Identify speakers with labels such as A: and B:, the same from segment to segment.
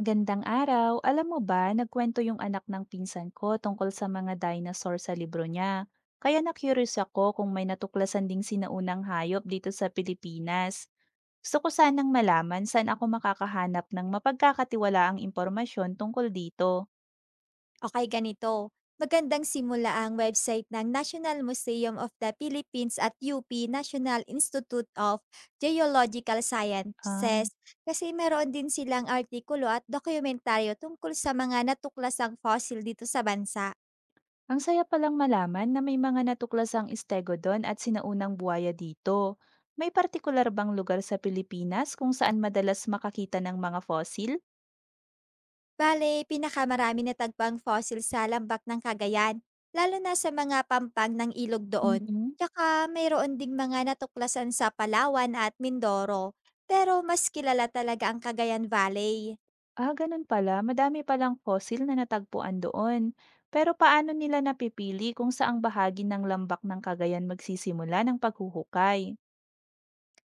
A: Magandang araw. Alam mo ba, nagkwento yung anak ng pinsan ko tungkol sa mga dinosaur sa libro niya. Kaya na-curious ako kung may natuklasan ding sinaunang hayop dito sa Pilipinas. Gusto ko sanang malaman saan ako makakahanap ng mapagkakatiwalaang impormasyon tungkol dito.
B: Okay, ganito. Magandang simula ang website ng National Museum of the Philippines at UP National Institute of Geological
A: Um,
B: Sciences kasi meron din silang artikulo at dokumentaryo tungkol sa mga natuklasang fossil dito sa bansa.
A: ang saya palang malaman na may mga natuklasang stegodon at sinaunang buwaya dito. May partikular bang lugar sa Pilipinas kung saan madalas makakita ng mga fossil?
B: Bale, pinakamarami na tagpang fossil sa lambak ng Cagayan, lalo na sa mga pampang ng ilog doon.
A: mm
B: Tsaka mayroon ding mga natuklasan sa Palawan at Mindoro. Pero mas kilala talaga ang Cagayan Valley.
A: Ah, ganun pala. Madami palang fossil na natagpuan doon. Pero paano nila napipili kung saang bahagi ng lambak ng Cagayan magsisimula ng paghuhukay?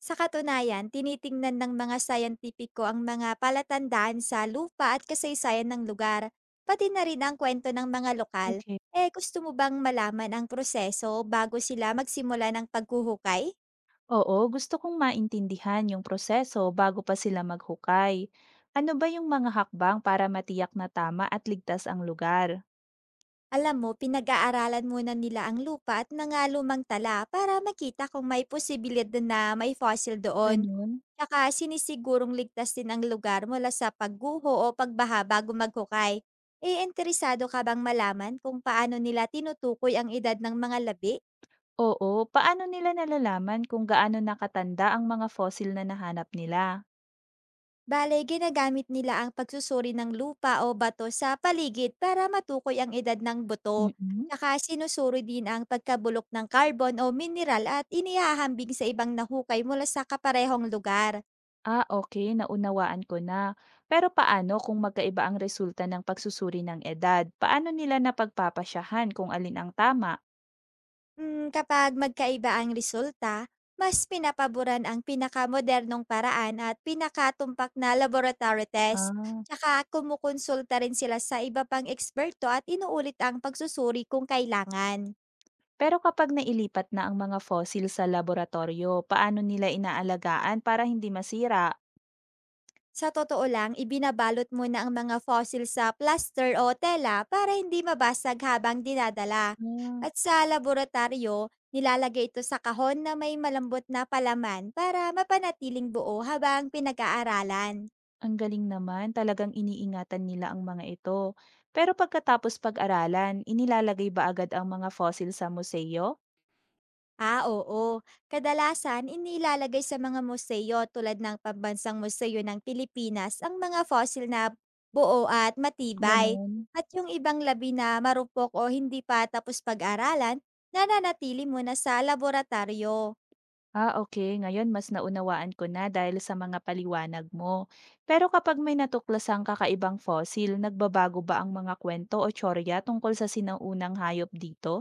B: Sa katunayan, tinitingnan ng mga scientifico ang mga palatandaan sa lupa at kasaysayan ng lugar, pati na rin ang kwento ng mga lokal.
A: Okay.
B: Eh, gusto mo bang malaman ang proseso bago sila magsimula ng paghuhukay?
A: Oo, gusto kong maintindihan yung proseso bago pa sila maghukay. Ano ba yung mga hakbang para matiyak na tama at ligtas ang lugar?
B: Alam mo, pinag-aaralan muna nila ang lupa at mga lumang tala para makita kung may posibilidad na may fossil doon.
A: Ganun.
B: Tsaka sinisigurong ligtas din ang lugar mula sa pagguho o pagbaha bago maghukay. E interesado ka bang malaman kung paano nila tinutukoy ang edad ng mga labi?
A: Oo, paano nila nalalaman kung gaano nakatanda ang mga fossil na nahanap nila?
B: Bale, ginagamit nila ang pagsusuri ng lupa o bato sa paligid para matukoy ang edad ng buto.
A: Mm
B: Tsaka sinusuri din ang pagkabulok ng carbon o mineral at inihahambing sa ibang nahukay mula sa kaparehong lugar.
A: Ah, okay, naunawaan ko na. Pero paano kung magkaiba ang resulta ng pagsusuri ng edad? Paano nila napagpapasyahan kung alin ang tama?
B: Mm, kapag magkaiba ang resulta, mas pinapaboran ang pinakamodernong paraan at pinakatumpak na laboratory test.
A: Ah,
B: Tsaka kumukonsulta rin sila sa iba pang eksperto at inuulit ang pagsusuri kung kailangan.
A: pero kapag nailipat na ang mga fossil sa laboratorio, paano nila inaalagaan para hindi masira?
B: Sa totoo lang, ibinabalot mo na ang mga fossil sa plaster o tela para hindi mabasag habang dinadala.
A: Ah,
B: At sa laboratorio, nilalagay ito sa kahon na may malambot na palaman para mapanatiling buo habang pinag-aaralan.
A: ang galing naman, talagang iniingatan nila ang mga ito. Pero pagkatapos pag-aralan, inilalagay ba agad ang mga fossil sa museo?
B: Ah, oo. Kadalasan, inilalagay sa mga museo tulad ng Pambansang Museo ng Pilipinas ang mga fossil na buo at matibay.
A: Ganon.
B: At yung ibang labi na marupok o hindi pa tapos pag-aralan, nananatili muna sa laboratorio.
A: Ah, okay. Ngayon mas naunawaan ko na dahil sa mga paliwanag mo. Pero kapag may natuklasang kakaibang fossil, nagbabago ba ang mga kwento o tsorya tungkol sa sinaunang hayop dito?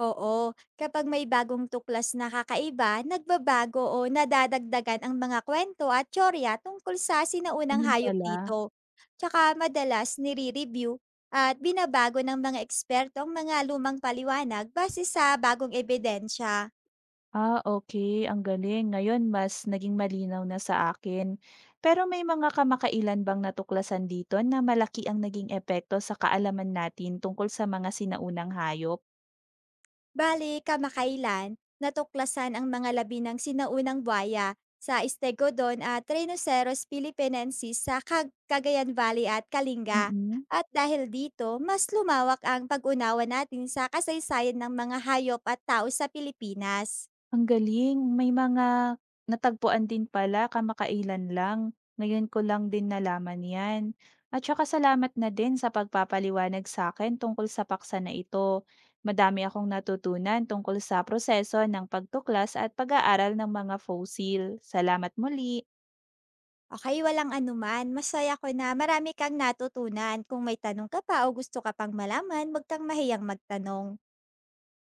B: Oo, kapag may bagong tuklas na kakaiba, nagbabago o nadadagdagan ang mga kwento at tsorya tungkol sa sinaunang
A: Ganun
B: hayop
A: pala.
B: dito. Tsaka madalas nire-review at binabago ng mga eksperto ang mga lumang paliwanag base sa bagong ebidensya.
A: Ah, okay. Ang galing. Ngayon mas naging malinaw na sa akin. Pero may mga kamakailan bang natuklasan dito na malaki ang naging epekto sa kaalaman natin tungkol sa mga sinaunang hayop?
B: Bale, kamakailan, natuklasan ang mga labi ng sinaunang buhaya sa Stegodon at Rhinoceros philipinensis sa Cagayan Valley at Kalinga.
A: Mm
B: At dahil dito, mas lumawak ang pag-unawa natin sa kasaysayan ng mga hayop at tao sa Pilipinas.
A: Ang galing, may mga natagpuan din pala kamakailan lang. Ngayon ko lang din nalaman 'yan. At saka salamat na din sa pagpapaliwanag sa akin tungkol sa paksa na ito. Madami akong natutunan tungkol sa proseso ng pagtuklas at pag-aaral ng mga fossil. Salamat muli.
B: Okay, walang anuman. Masaya ko na marami kang natutunan. Kung may tanong ka pa o gusto ka pang malaman, magkang mahiyang magtanong.